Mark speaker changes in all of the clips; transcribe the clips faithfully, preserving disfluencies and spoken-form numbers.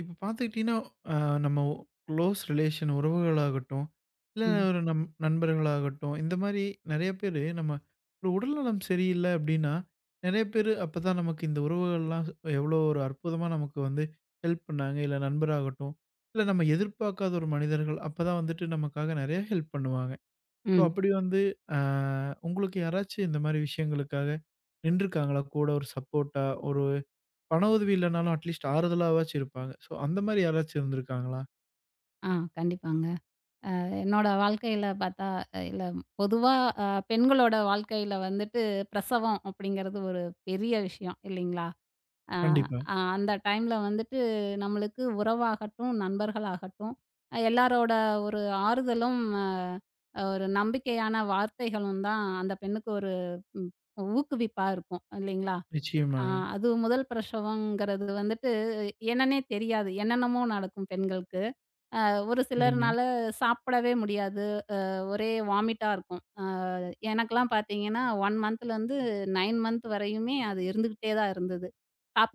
Speaker 1: இப்போ பார்த்துக்கிட்டீங்கன்னா, அ நம்ம குளோஸ் ரிலேஷன் உறவுகளாகட்டும், இல்ல
Speaker 2: ம்.
Speaker 1: ஒரு நம் நண்பர்களாகட்டும், இந்த மாரி நெறைய பேரு நம்ம ஒரு உடல்நலம் சரியில்ல அப்டின்னா, நெறைய பேரு அப்பதான் நமக்கு இந்த உறவுகள்லாம் எவ்வளோ ஒரு அற்புதமா நமக்கு வந்து ஹெல்ப் பண்ணாங்க. இல்ல நண்பராகட்டும், இல்ல நம்ம எதிர்பார்க்காத ஒரு மனிதர்கள் அப்பதான் வந்துட்டு நமக்காக நெறைய ஹெல்ப் பண்ணுவாங்க. ஸோ
Speaker 2: ம்.
Speaker 1: அப்படி வந்து அ உங்களுக்கு யாராச்சும் இந்த மாரி விஷயங்களுக்காக நின்றுருக்காங்களா? கூட ஒரு சப்போர்ட்டா ஒரு பண உதவி இல்லனாலும் அட்லீஸ்ட் ஆறுதலாவாச்சும் இருப்பாங்க. ஸோ அந்த மாரி யாராச்சும் இருந்திருக்காங்களா?
Speaker 2: ஆ கண்டிப்பாங்க. என்னோட வாழ்க்கையில பார்த்தா, அஹ் இல்ல, பொதுவா அ பெண்களோட வாழ்க்கையில வந்துட்டு பிரசவம் அப்படிங்கிறது ஒரு பெரிய விஷயம் இல்லைங்களா? அ
Speaker 1: கண்டிப்பா.
Speaker 2: அ அந்த டைம்ல வந்துட்டு நம்மளுக்கு உறவாகட்டும், நண்பர்களாகட்டும், அஹ், எல்லாரோட ஒரு ஆறுதலும், அ ஒரு நம்பிக்கையான வார்த்தைகளும் தான் அந்த பெண்ணுக்கு ஒரு ம் ஊக்குவிப்பா இருக்கும் இல்லைங்களா? அ
Speaker 1: நிச்சயமாங்க.
Speaker 2: அது முதல் பிரசவங்கிறது வந்துட்டு என்னன்னே தெரியாது. என்னென்னமோ நடக்கும் பெண்களுக்கு. ஒரு
Speaker 1: சரிங்க.
Speaker 2: சிலர்னால சாப்பிடவே முடியாது. ஒரே வாமிட்டா இருக்கும். அ எனக்கெல்லாம் பார்த்தீங்கன்னா, ஒன்று மந்த்லேருந்து நைன் மந்த் வரையுமே அது இருந்துகிட்டே தான் இருந்தது.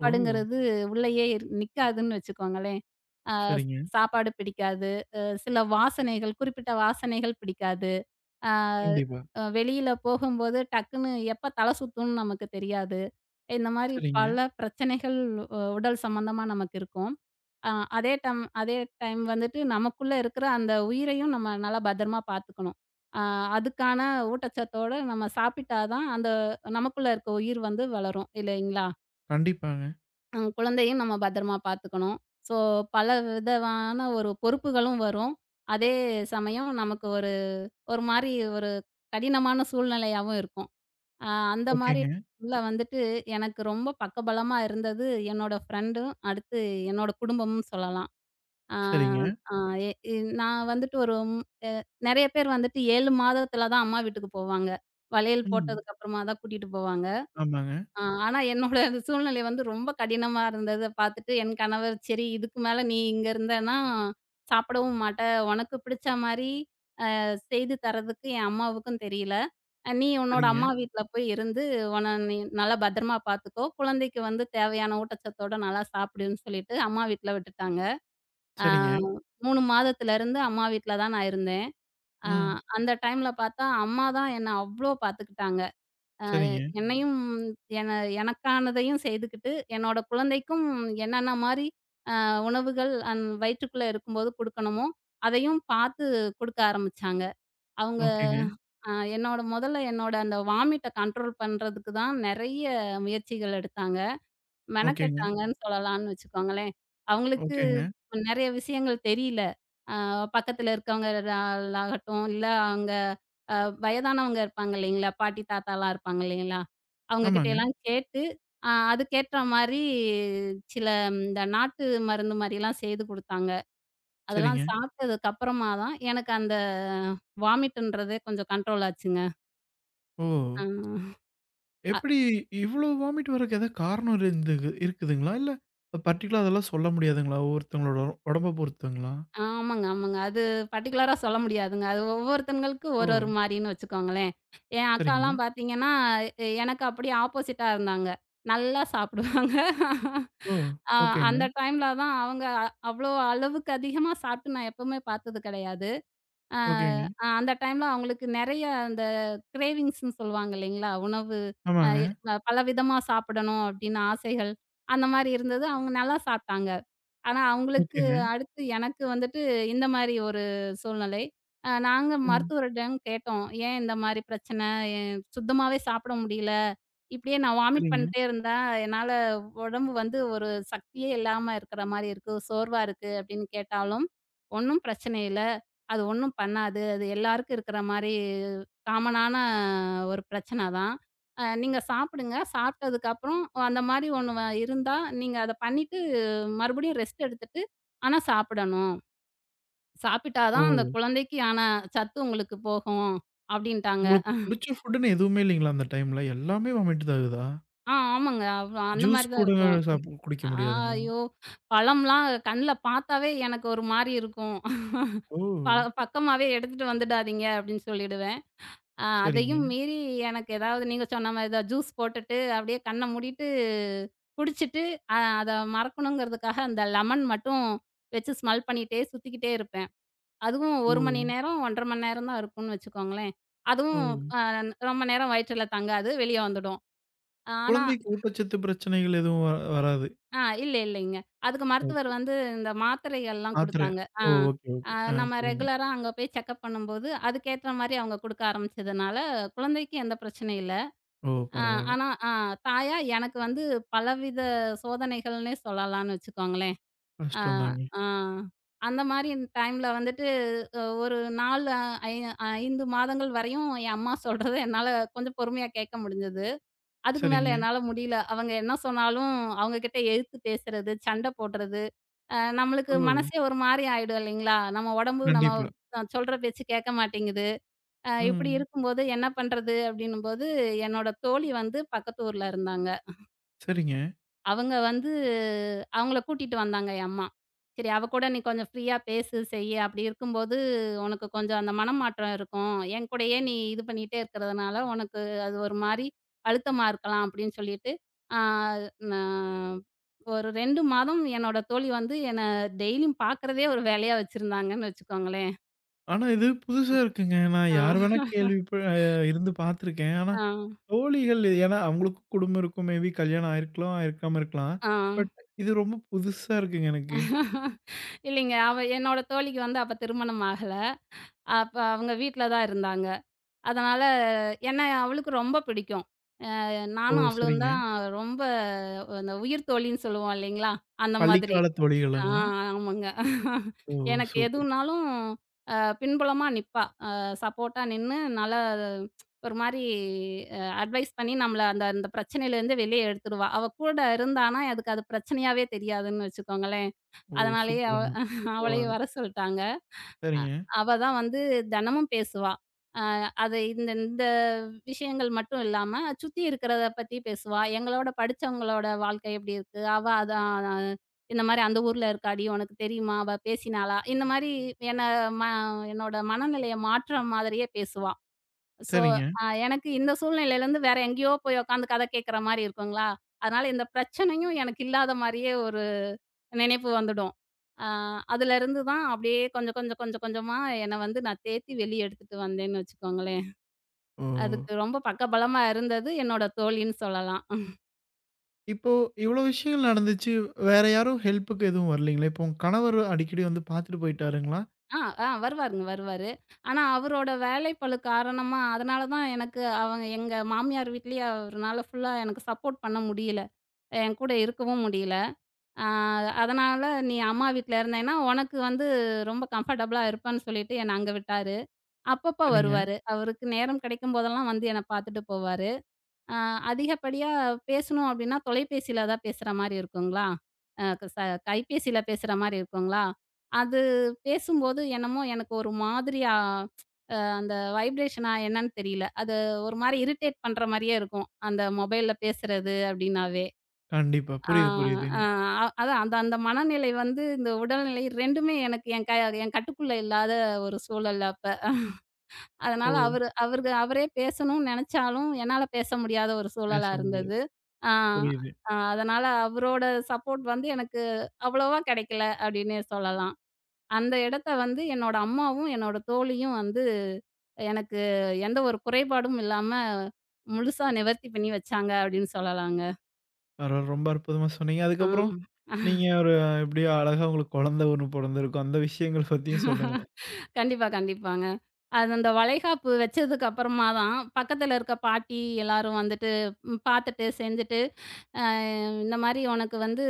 Speaker 1: ஓ!
Speaker 2: உள்ளயே இரு நிக்காதுன்னு வச்சுக்கோங்களேன். அ
Speaker 1: சரிங்க.
Speaker 2: சாப்பாடு பிடிக்காது. அ சில வாசனைகள் குறிப்பிட்ட வாசனைகள் பிடிக்காது. ஆ
Speaker 1: கண்டிப்பா.
Speaker 2: அ வெளியில போகும்போது டக்குன்னு எப்ப தலை சுத்தும்னு நமக்கு தெரியாது. இந்த மாரி
Speaker 1: சரிங்க.
Speaker 2: பல பிரச்சனைகள் உ உடல் சம்மந்தமா நமக்கு இருக்கும். அ அதே டம் அதே டைம் வந்துட்டு நமக்குள்ள இருக்கிற அந்த உயிரையும் நம்ம நல்லா பத்திரமா பார்த்துக்கணும். அ அதுக்கான ஊட்டச்சத்தோட நம்ம சாப்பிட்டா தான் அந்த நமக்குள்ள இருக்க உயிர் வந்து வளரும் இல்லைங்களா?
Speaker 1: கண்டிப்பாங்க.
Speaker 2: நம்ம குழந்தையும் நம்ம பத்திரமா பார்த்துக்கணும். ஸோ பல விதமான ஒரு பொறுப்புகளும் வரும். அதே சமயம் நமக்கு ஒரு ஒரு மாரி ஒரு கடினமான சூழ்நிலையாவும் இருக்கும். அ அந்த மாரி
Speaker 1: ஓகேங்க.
Speaker 2: உள்ள வந்துட்டு எனக்கு ரொம்ப பக்கபலமா இருந்தது என்னோட ஃப்ரெண்டும், அடுத்து என்னோட குடும்பமும் சொல்லலாம். ஆ
Speaker 1: சரிங்க.
Speaker 2: ஆ எ இ நான் வந்துட்டு ஒரு ம் அ நெறைய பேர் வந்துட்டு ஏழு மாதத்துல தான் அம்மா வீட்டுக்கு போவாங்க. வளையல்
Speaker 1: ம்.
Speaker 2: போட்டதுக்கு அப்புறமா தான் கூட்டிட்டு போவாங்க.
Speaker 1: ஆமாங்க.
Speaker 2: ஆ ஆனா என்னோட சூழ்நிலை வந்து ரொம்ப கடினமா இருந்தத பார்த்துட்டு என் கணவர், "சரி இதுக்கு மேல நீ இங்க இருந்தன்னா சாப்பிடவும் மாட்ட. உனக்கு பிடிச்ச மாரி செய்து தர்றதுக்கு என் அம்மாவுக்கும் தெரியல. அஹ் "நீ உன்னோட
Speaker 1: சரிங்க.
Speaker 2: அம்மா வீட்ல போய் இருந்து உன்ன நீ நல்லா பத்திரமா பார்த்துக்கோ. குழந்தைக்கு வந்து தேவையான ஊட்டச்சத்தோட நல்லா சாப்பிடுன்னு" சொல்லிட்டு அம்மா வீட்ல விட்டுட்டாங்க. ஆ
Speaker 1: சரிங்க.
Speaker 2: மூணு மாதத்துலருந்து அம்மா வீட்ல தான் நான் இருந்தேன். ஆ
Speaker 1: ம்.
Speaker 2: அந்த டைம்ல பார்த்தா அம்மா தான் என்ன அவ்ளோ பார்த்துக்கிட்டாங்க.
Speaker 1: சரிங்க.
Speaker 2: என்னையும் என எனக்கானதையும் செய்துக்கிட்டு, என்னோட குழந்தைக்கும் என்னென்ன மாரி அ உணவுகள் அந் வயிற்றுக்குள்ள இருக்கும்போது குடுக்கணுமோ, அதையும் பார்த்து குடுக்க ஆரம்பிச்சாங்க. அவங்க.
Speaker 1: ஓகேங்க.
Speaker 2: ஆ என்னோட முதல்ல என்னோட அந்த வாமிட்ட கண்ட்ரோல் பண்றதுக்கு தான் நெறைய முயற்சிகள் எடுத்தாங்க.
Speaker 1: ஓகேங்க.
Speaker 2: மெனக்கெட்டாங்கன்னு சொல்லலாம்ன்னு வச்சுக்கோங்களேன். அவங்களுக்கு
Speaker 1: ஓகேங்க.
Speaker 2: நெறைய விஷயங்கள் தெரியல. ஆ பக்கத்துல இருக்கவங்களாகட்டும், இல்ல அங்க அ வயதானவங்க இருப்பாங்க இல்லைங்களா? பாட்டி, தாத்தாலாம் இருப்பாங்க இல்லைங்களா? அவங்க
Speaker 1: ஆமாங்க.
Speaker 2: கிட்டலாம் கேட்டு, அ அதுக்கேற்ற மாரி சில இந்த நாட்டு மருந்து மாரிலாம் செய்து குடுத்தாங்க.
Speaker 1: சரிங்க.
Speaker 2: அதெல்லாம் சாப்பிட்டதுக்கு அப்புறமா தான் எனக்கு அந்த வாமிட்ன்றதே கொஞ்சம் கண்ட்ரோல் ஆச்சுங்க.
Speaker 1: ஓ!
Speaker 2: ஆ.
Speaker 1: எப்படி இவ்ளோ வாமிட் வரக்கு ஏதாவது காரணம் இருந்து இருக்குதுங்களா? இல்ல பர்ட்டிகுலரா அதெல்லாம் சொல்ல முடியாதுங்களா? ஒவ்வொருத்தவங்களோட உடம்ப பொறுத்துங்களா?
Speaker 2: ஆமாங்க, ஆமாங்க. அது பர்ட்டிகுலரா சொல்ல முடியாதுங்க. அது ஒவ்வொருத்தங்களுக்கு
Speaker 1: ஓ!
Speaker 2: ஒரு ஒரு மாரின்னு வச்சுக்கோங்களேன். என்
Speaker 1: சரிங்க.
Speaker 2: அக்காலாம் பார்த்தீங்கன்னா, எ எனக்கு அப்படியே ஆப்போசிட்டா இருந்தாங்க. நல்லா சாப்பிடுவாங்க.
Speaker 1: ஓ!
Speaker 2: அ
Speaker 1: ஓகேங்க.
Speaker 2: அந்த டைம்ல தான் அவங்க அவ்ளோ அளவுக்கு அதிகமா சாப்பிட்டு நான் எப்பவுமே பார்த்தது கிடையாது. அ
Speaker 1: ஓகேங்க.
Speaker 2: அந்த டைம்ல அவங்களுக்கு நெறைய அந்த கிரேவிங்ஸ்ன்னு சொல்லுவாங்க இல்லைங்களா? உணவு அ
Speaker 1: ஆமாங்க.
Speaker 2: பலவிதமா சாப்பிடணும் அப்படின்னு ஆசைகள், அந்த மாரி இருந்தது. அவங்க நல்லா சாப்ட்டாங்க. ஆனா, அவங்களுக்கு
Speaker 1: ஓகேங்க.
Speaker 2: அடுத்து எனக்கு வந்துட்டு இந்த மாரி ஒரு சூழ்நிலை. அ நாங்க
Speaker 1: ம்.
Speaker 2: மருத்துவரிடம் கேட்டோம். ஏன் இந்த மாரி பிரச்சனை? எ சுத்தமாவே சாப்பிட முடியல. இப்படியே நான் வாமிட்
Speaker 1: சரிங்க.
Speaker 2: பண்ணிட்டே இருந்தா, என்னால உடம்பு வந்து ஒரு சக்தியே இல்லாம இருக்கிற மாரி இருக்கு. சோர்வா இருக்கு அப்படின்னு கேட்டாலும், ஒண்ணும் பிரச்சனை இல்ல. அது ஒண்ணும் பண்ணாது. அது எல்லாருக்கும் இருக்கிற மாரி காமனான ஒரு பிரச்சனை தான். அ நீங்க சாப்பிடுங்க. சாப்பிட்டதுக்கப்புறம் அந்த மாரி ஒண்ணு வ இருந்தா, நீங்க அத பண்ணி மறுபடியும் ரெஸ்ட் எடுத்துட்டு, ஆனா சாப்பிடணும். சாப்பிட்டா
Speaker 1: ஓ!
Speaker 2: தான் அந்த குழந்தைக்கு ஆன சத்து உங்களுக்கு போகும் அப்டின்ட்டாங்க.
Speaker 1: உங்களுக்கு புடிச்ச ஃபுட்டுன்னு எதுவுமே இல்லைங்களா அந்த டைம்ல? எல்லாமே வாமிட் தான் ஆகுதா?
Speaker 2: ஆ ஆமாங்க. அவ் அந்த
Speaker 1: ஜூஸ்
Speaker 2: மாரி தான்
Speaker 1: கூட
Speaker 2: இருக்கும்.
Speaker 1: சாப் குடிக்க
Speaker 2: ஆ
Speaker 1: முடியாதுங்களா?
Speaker 2: ஐயோ! பழம்லாம் கண்ல பார்த்தாவே எனக்கு ஒரு மாரி இருக்கும்.
Speaker 1: ஓ!
Speaker 2: ப பக்கமாவே எடுத்துட்டு வந்துடாதீங்க அப்டின்னு சொல்லிடுவேன். அ
Speaker 1: சரிங்க.
Speaker 2: அதையும் மீறி எனக்கு ஏதாவது நீங்க சொன்ன மாரி தான் ஜூஸ் போட்டுட்டு அப்டியே கண்ண மூடிட்டு குடிச்சிட்டு, அ அத மறக்கணுங்கிறதுக்காக அந்த லெமன் மட்டும் வச்சு ஸ்மெல் பண்ணிட்டே சுத்திக்கிட்டே இருப்பேன். அதுவும்
Speaker 1: ஓ!
Speaker 2: ஒரு மணி நேரம், ஒன்று அரை மணி நேரம் தான் இருக்கும்னு வச்சுக்கோங்களேன்.
Speaker 1: ஓ!
Speaker 2: அதுவும் அ ரொம்ப நேரம் வயிற்றுல தங்காது, வெளிய வந்துடும். ஆனா
Speaker 1: குழந்தைக்கு ஊட்டச்சத்து பிரச்சனைகள் எதுவும் வ வராது.
Speaker 2: ஆ இல்ல இல்லைங்க. அதுக்கு மருத்துவர்
Speaker 1: ஓகே.
Speaker 2: வந்து இந்த மாத்திரைகள்லாம்
Speaker 1: மாத்திரை.
Speaker 2: குடுத்தாங்க. ஆ
Speaker 1: ஓ! ஓகே,
Speaker 2: அ
Speaker 1: ஓகே. ஆ
Speaker 2: நம்ம
Speaker 1: சரிங்க.
Speaker 2: ரெகுலரா அங்க போய் செக்கப் பண்ணும்போது, அதுக்கேத்த மாரி அவங்க குடுக்க ஆரம்பிச்சதுனால, குழந்தைக்கு எந்த பிரச்சனையும் இல்ல.
Speaker 1: ஓ!
Speaker 2: அ
Speaker 1: பரவால்ல.
Speaker 2: ஆனா அ தாயா எனக்கு வந்து பலவித சோதனைகள்னே சொல்லலாம்னு வச்சுக்கோங்களேன். ஆ,
Speaker 1: கஷ்டம் தாங்க.
Speaker 2: ஆ. அந்த மாரி டைம்ல வந்துட்டு அ ஒரு நாலு ஐ ஐந்து மாதங்கள் வரையும் என் அம்மா சொல்றத என்னால கொஞ்சம் பொறுமையா கேட்க முடிஞ்சது. அதுக்கு
Speaker 1: சரிங்க.
Speaker 2: மேல என்னால முடியல. அவங்க என்ன சொன்னாலும் அவங்க கிட்ட எதிர்த்து பேசுறது, சண்டை போடுறது, அ நம்மளுக்கு
Speaker 1: ஓ!
Speaker 2: மனசே ஒரு மாரி ஆயிடும் இல்லைங்களா? நம்ம உடம்பு நம்ம
Speaker 1: கண்டிப்பா.
Speaker 2: அ சொல்ற பேச்சு கேட்க மாட்டேங்குது. அ இப்படி
Speaker 1: ம்.
Speaker 2: இருக்கும்போது என்ன பண்றது? அப்படின்னும்போது என்னோட தோழி வந்து பக்கத்து ஊர்ல இருந்தாங்க.
Speaker 1: சரிங்க.
Speaker 2: அவங்க வந்து அவங்கள கூட்டிட்டு வந்தாங்க என் அம்மா. "சரி, அவ கூட நீ கொஞ்சம் ஃப்ரீயா பேசு, செய்யு. அப்படி இருக்கும்போது உனக்கு கொஞ்சம் அந்த மனமாற்றம் இருக்கும். என் கூடயே நீ இது பண்ணிட்டே இருக்கிறதுனால, உனக்கு அது ஒரு மாரி அழுத்தமா இருக்கலாம்." அப்படின்னு சொல்லிட்டு, ஆ நான் ஒரு ரெண்டு மாதம் என்னோட தோழி வந்து என்ன டெய்லியும் பார்க்கிறதே ஒரு வேலையா வச்சிருந்தாங்கன்னு வச்சுக்கோங்களேன்.
Speaker 1: ஆனா இது புதுசா இருக்குங்க. நான்
Speaker 2: ஆ,
Speaker 1: யார் வேணா கேள்விப்ப அ இருந்து பார்த்துருக்கேன். ஆனா
Speaker 2: ஆ,
Speaker 1: தோழிகள் ஏன்னா அவங்களுக்கும் குடும்பம் இருக்கும். மேபி கல்யாணம் ஆயிருக்கலாம், ஆயிருக்காம இருக்கலாம்.
Speaker 2: ஆ.
Speaker 1: பட் இது ரொம்ப புதுசா இருக்குங்க எனக்கு.
Speaker 2: இல்லைங்க. அவ என்னோட தோழிக்கு வந்து அப்ப திருமணம் ஆகல. அப்ப அவங்க வீட்ல தான் இருந்தாங்க. அதனால என்ன அவளுக்கு ரொம்ப பிடிக்கும். அ
Speaker 1: ஓ!
Speaker 2: நானும் அவளும்
Speaker 1: சரிங்க.
Speaker 2: தான் ரொம்ப அந்த உயிர் தோழின்னு சொல்லுவோம் இல்லைங்களா? அந்த மாதிரி.
Speaker 1: பள்ளிக்கால
Speaker 2: ஆ
Speaker 1: தோழிகளாங்களா?
Speaker 2: ஆமாங்க.
Speaker 1: ஓ!
Speaker 2: எனக்கு
Speaker 1: சூப்பர்.
Speaker 2: எதுனாலும் அ பின்புலமா நிப்பா. அ சப்போர்ட்டா நின்னு நல்லா ஒரு மாரி அ அட்வைஸ் பண்ணி நம்மள அந்த அந்த பிரச்சனையிலேருந்து வெளியே எடுத்துடுவா. அவ கூட இருந்தான்னா அதுக்கு அது பிரச்சனையாவே தெரியாதுன்னு வச்சுக்கோங்களேன்.
Speaker 1: ஓ!
Speaker 2: அதனாலேயே அவ
Speaker 1: சூப்பருங்க.
Speaker 2: அவளையும்
Speaker 1: பரவால்ல.
Speaker 2: வர சொல்ட்டாங்க. அ
Speaker 1: சரிங்க.
Speaker 2: அவ தான் வந்து தெனமும் பேசுவா. அ அது இந்த இந்த விஷயங்கள் மட்டும் இல்லாம, சுத்தி இருக்கிறத பத்தி பேசுவா. எங்களோட படிச்சவங்களோட வாழ்க்கை எப்படி இருக்கு? அவ அதான் அஹ், இந்த மாரி அந்த ஊர்ல இருக்காடி, உனக்கு தெரியுமா? அவ பேசினாளா? இந்த மாரி என்ன ம என்னோட மனநிலைய மாற்ற மாதிரியே பேசுவா. ஸோ,
Speaker 1: சரிங்க.
Speaker 2: அ எனக்கு இந்த சூழ்நிலையிலருந்து வேற எங்கேயோ போய் உட்காந்து கதை கேட்கிற மாரி இருக்குங்களா? அதனால இந்த பிரச்சனையும் எனக்கு இல்லாத மாரியே ஒரு நினைப்பு வந்துடும். அ அதுலருந்து தான் அப்படியே கொஞ்சம் கொஞ்சம் கொஞ்சம் கொஞ்சமா என்ன வந்து நான் தேத்தி வெளிய எடுத்துட்டு வந்தேன்னு வச்சுக்கோங்களேன்.
Speaker 1: ஓ!
Speaker 2: அதுக்கு ரொம்ப பக்கபலமா இருந்தது என்னோட தோழின்னு சொல்லலாம்.
Speaker 1: இப்போ இவ்ளோ விஷயங்கள் நடந்துச்சு. வேற யாரும் ஹெல்ப்புக்கு எதுவும் வரலீங்களா? இப்போ உங்க கணவர் அடிக்கடி வந்து பார்த்துட்டு போயிட்டாருங்களா?
Speaker 2: ஆ, ஆ வருவாருங்க வருவாரு. ஆனா அவரோட வேலைப்பளு காரணமா அதனால தான் எனக்கு அவங்க எங்க மாமியார் வீட்லயே அவருனால ஃபுல்லா எனக்கு சப்போர்ட் பண்ண முடியல. என் கூட இருக்கவும் முடியல. அ அதனால நீ அம்மா வீட்ல இருந்தேன்னா, உனக்கு வந்து ரொம்ப கம்ஃபர்டபுளா இருப்பன்னு சொல்லிட்டு என்ன அங்க விட்டாரு. அப்பப்ப
Speaker 1: சரிங்க.
Speaker 2: வருவாரு. அவருக்கு நேரம் கிடைக்கும் போதெல்லாம் வந்து என்ன பார்த்துட்டு போவாரு. அ அதிகப்படியா பேசணும் அப்டின்னா, தொலைபேசியில தான் பேசுற மாரி இருக்குங்களா? அ க ச கைபேசியில பேசுற மாரி இருக்குங்களா? அது பேசும்போது என்னமோ எனக்கு ஒரு மாதிரியா அ அந்த வைப்ரேஷனா என்னன்னு தெரியல. அது ஒரு மாரி இரிட்டேட் பண்ற மாரியே இருக்கும். அந்த மொபைல்ல பேசுறது அப்டின்னாவே.
Speaker 1: கண்டிப்பா.
Speaker 2: ஆ,
Speaker 1: புரியுது, புரியுதுங்க.
Speaker 2: ஆ அதான் அந்த அந்த மனநிலை வந்து இந்த உடல்நிலை இரண்டுமே எனக்கு என் க என் கட்டுக்குள்ள இல்லாத ஒரு சூழல் அப்ப.
Speaker 1: ஓ!
Speaker 2: அதனால அவரு அவரு அவரே பேசணும்னு நெனச்சாலும், என்னால பேச முடியாத ஒரு
Speaker 1: பேச
Speaker 2: சூழலா
Speaker 1: முடியாது.
Speaker 2: இருந்தது. ஆ
Speaker 1: புரியுது.
Speaker 2: அ அதனால அவரோட சப்போர்ட் வந்து எனக்கு அவ்வளவா கெடைக்கல அப்டின்னே சொல்லலாம். அந்த இடத்த வந்து என்னோட அம்மாவும், என்னோட தோழியும் வந்து எனக்கு எந்த ஒரு குறைபாடும் இல்லாம முழுசா நிவர்த்தி பண்ணி வச்சாங்க அப்டின்னு சொல்லலாங்க.
Speaker 1: பரவால்ல. ரொம்ப அற்புதமா சொன்னீங்க. அதுக்கப்புறம் நீங்க ஒரு எப்படியோ அழகா உங்களுக்கு குழந்தை ஒண்ணு பொறந்திருக்கும். அந்த விஷயங்கள்
Speaker 2: ஆ.
Speaker 1: பத்தியும் சொல்லுங்களேன்.
Speaker 2: கண்டிப்பா, கண்டிப்பாங்க. அது அந்த வளைகாப்பு வச்சதுக்கு அப்புறமா தான், பக்கத்துல இருக்க பாட்டி எல்லாரும் வந்துட்டு ம் பார்த்துட்டு, செஞ்சுட்டு, அ இந்த மாரி "உனக்கு வந்து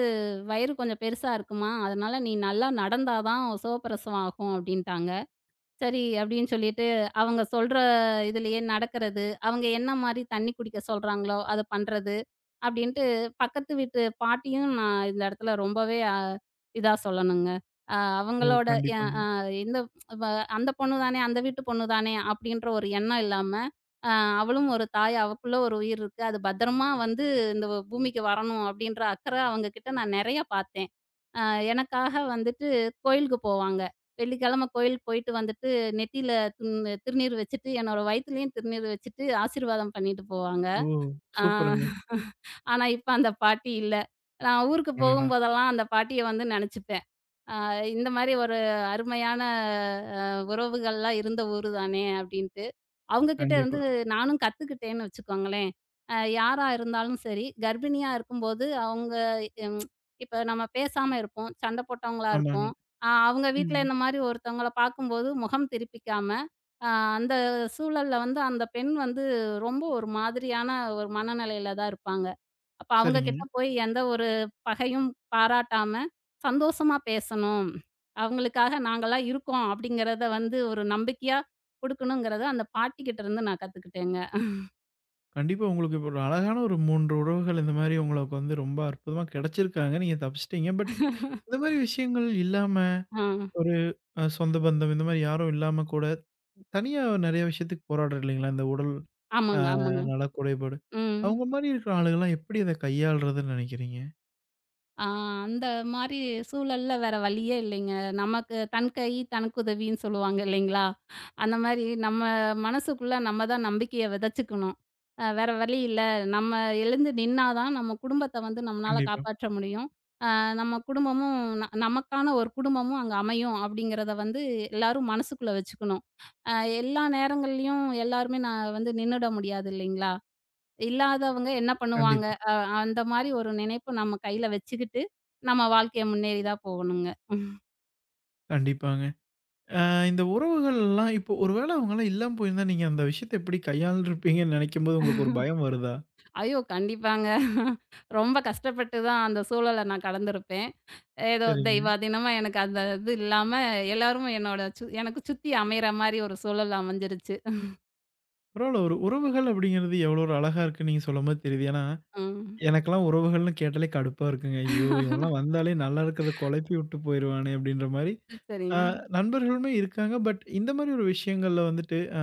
Speaker 2: வயிறு கொஞ்சம் பெருசா இருக்குமா, அதனால நீ நல்லா நடந்தா தான் உன் சுகப்பிரசவம் ஆகும்" அப்படின்ட்டாங்க. சரி அப்படின்னு சொல்லிட்டு, அவங்க சொல்ற இதுலயே நடக்கிறது, அவங்க என்ன மாரி தண்ணி குடிக்க சொல்றாங்களோ, அத பண்றது, அப்படின்ட்டு பக்கத்து வீட்டு பாட்டியும் நான் இந்த இடத்துல ரொம்பவே அ இதா சொல்லணுங்க. அ
Speaker 1: ஓ!
Speaker 2: அவங்களோட எ
Speaker 1: கண்டிப்பாங்க.
Speaker 2: அ இந்த வ அந்த பொண்ணு தானே, அந்த வீட்டு பொண்ணு தானே அப்படின்ற ஒரு எண்ணம் இல்லாம, அ அவளும் ஒரு தாய், அவளுக்குள்ள ஒரு உயிர் இருக்கு. அது பத்திரமா வந்து இந்த பூமிக்கு வரணும் அப்படின்ற அக்கறை அவங்க கிட்ட நான் நெறைய பார்த்தேன். அ எனக்காக வந்துட்டு கோயிலுக்கு போவாங்க. வெள்ளிக்கிழமை கோயில் போயிட்டு வந்துட்டு நெத்தியில ம் திருநீர் வச்சுட்டு, என்னோட வயித்துலயும் திருநீர் வச்சுட்டு, ஆசீர்வாதம் பண்ணிட்டு போவாங்க.
Speaker 1: ஓ!
Speaker 2: ஆ
Speaker 1: சூப்பருங்க.
Speaker 2: ஆனா இப்ப அந்த பாட்டி இல்ல. நான் ஊருக்கு
Speaker 1: அடடா!
Speaker 2: போகும்போதெல்லாம் அந்த பாட்டிய வந்து நெனச்சுப்பேன். அ இந்த மாரி ஒரு அருமையான அ உறவுகள்லாம் இருந்த ஊரு தானே! அப்டின்ட்டு. அவங்க கிட்ட இருந்து
Speaker 1: கண்டிப்பா.
Speaker 2: நானும் கத்துக்கிட்டேன்னு வச்சுக்கோங்களேன். அ யாரா இருந்தாலும் சரி, கர்ப்பிணியா இருக்கும்போது அவங்க ம் இப்ப நம்ம பேசாம இருப்போம். சண்டை போட்டவங்களா
Speaker 1: ஆமாங்க.
Speaker 2: இருப்போம். அ அவங்க வீட்ல
Speaker 1: ம்.
Speaker 2: இந்த மாரி ஒருத்தவங்கள பார்க்கும்போது முகம் திருப்பிக்காம, அ அந்த சூழல்ல வந்து அந்த பெண் வந்து ரொம்ப ஒரு மாதிரியான ஒரு மனநிலையில தான் இருப்பாங்க. அப்ப அவங்க
Speaker 1: சரிங்க.
Speaker 2: கிட்ட போய் எந்த ஒரு பகையும் பாராட்டாம, சந்தோஷமா பேசணும். அவங்களுக்காக நாங்கலாம் இருக்கோம் அப்படிங்கிறத வந்து ஒரு நம்பிக்கையா குடுக்கணுங்கிறத அந்த பாட்டிகிட்ட இருந்து நான் கத்துக்கிட்டேங்க.
Speaker 1: கண்டிப்பா உங்களுக்கு இப்ப ஒரு அழகான ஒரு மூன்று உறவுகள் இந்த மாரி உங்களுக்கு வந்து ரொம்ப அற்புதமா கிடைச்சிருக்காங்க. நீங்க தப்பிச்சிட்டீங்க. பட் இந்த மாரி விஷயங்கள் இல்லாம
Speaker 2: ஆ.
Speaker 1: ஒரு அ சொந்த பந்தம் இந்த மாரி யாரும் இல்லாம கூட தனியா நெறைய விஷயத்துக்கு போராடுறோம் இல்லைங்களா? இந்த உடல் அ
Speaker 2: ஆமாங்க, ஆமாங்க.
Speaker 1: நல குறைபாடு.
Speaker 2: ம்.
Speaker 1: அவங்க மாரி இருக்கிற ஆளுங்கலாம் எப்படி அத கையாள்றதுன்னு நினைக்கிறீங்க?
Speaker 2: ஆ அந்த மாரி சூழல்ல வேற வழியே இல்லைங்க. நமக்கு தன் கை தனக்குதவின்னு சொல்லுவாங்க இல்லைங்களா? அந்த மாரி நம்ம மனசுக்குள்ள நம்ம தான் நம்பிக்கைய விதைச்சுக்கணும். அ வேற வழி இல்ல. நம்ம எழுந்து நின்னா தான் நம்ம குடும்பத்த வந்து நம்மனால
Speaker 1: கண்டிப்பா,
Speaker 2: காப்பாற்ற முடியும். நம்ம குடும்பமும் ந நமக்கான ஒரு குடும்பமும் அங்க அமையும் அப்படிங்கிறத வந்து எல்லாரும் மனசுக்குள்ள வச்சுக்கணும். அ எல்லா நேரங்கள்லயும் எல்லாருமே நான் வந்து நின்னுட முடியாது இல்லைங்களா? இல்லாதவங்க என்ன பண்ணுவாங்க?
Speaker 1: கண்டிப்பா,
Speaker 2: அ அந்த மாரி ஒரு நினைப்பு நம்ம கையில வச்சுக்கிட்டு, நம்ம வாழ்க்கைய முன்னேறி தான் போகணுங்க.
Speaker 1: கண்டிப்பாங்க. அ இந்த உறவுகள்லாம் இப்போ ஒருவேள அவங்கலாம் இல்லாம போயிருந்தா, நீங்க அந்த விஷயத்த எப்படி கையாண்டுருப்பீங்கன்னு நெனைக்கும்போது உங்களுக்கு ஒரு பயம் வருதா?
Speaker 2: ஐயோ! கண்டிப்பாங்க. ரொம்ப கஷ்டப்பட்டு தான் அந்த சூழல நான் கடந்திருப்பேன். ஏதோ
Speaker 1: சரிங்க.
Speaker 2: தெய்வாதீனமா எனக்கு அந்த இது இல்லாம எல்லாரும் என்னோட சு எனக்கு சுத்தி அமையிற மாரி ஒரு சூழல் அமைஞ்சிருச்சு.
Speaker 1: பரவால்ல ஒரு உறவுகள் அப்படிங்கிறது எவ்வளோ ஒரு அழகா இருக்குன்னு நீங்க சொல்லும்போது தெரியுது. ஏன்னா,
Speaker 2: ம்.
Speaker 1: எனக்கெல்லாம் உறவுகள்னு கேட்டாலே கடுப்பா இருக்குங்க. ஐயோ! இவன்லாம் வந்தாலே நல்லா இருக்கிறத குழப்பி விட்டு போயிருவானே அப்படின்ற மாரி. அ
Speaker 2: சரிங்க.
Speaker 1: நண்பர்களுமே இருக்காங்க. பட் இந்த மாரி ஒரு விஷயங்கள்ல வந்துட்டு, அ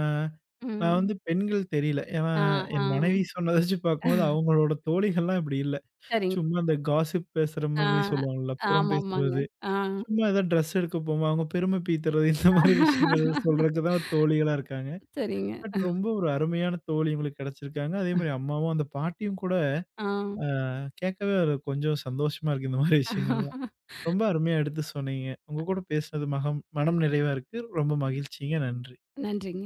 Speaker 1: நான்
Speaker 2: ம்.
Speaker 1: வந்து பெண்கள் தெரியல. ஏன்னா,
Speaker 2: ஆ, ஆ.
Speaker 1: என் மனைவி சொன்னத வச்சு பார்க்கும்போது அவங்களோட தோழிகள்லாம் இப்படி இல்ல.
Speaker 2: சரிங்க.
Speaker 1: சும்மா அந்த காசிப் பேசுற
Speaker 2: ஆ,
Speaker 1: மாதிரி சொல்லுவாங்கல்ல, புறம்
Speaker 2: ஆமாமாங்க.
Speaker 1: பேசுவது.
Speaker 2: ஆ.
Speaker 1: சும்மா ஏதோ ட்ரெஸ் எடுக்க போமா, அவங்க பெருமை பீத்துறது இந்த மாரி விஷயங்கள் சொல்றதுக்கு தான் ஒரு தோழிகளா இருக்காங்க.
Speaker 2: சரிங்க.
Speaker 1: பட் ரொம்ப ஒரு அருமையான தோழி உங்களுக்கு கிடைச்சிருக்காங்க. அதே மாரி அம்மாவும், அந்த பாட்டியும் கூட
Speaker 2: ஆ.
Speaker 1: அ கேட்கவே ஒரு கொஞ்சம் சந்தோஷமா இருக்கு இந்த மாரி விஷயங்கள்லாம். ரொம்ப அருமையா எடுத்து சொன்னீங்க. உங்க கூட பேசினது மகம் மனம் நிறைவா இருக்கு. ரொம்ப மகிழ்ச்சிங்க. நன்றி.
Speaker 2: நன்றிங்க.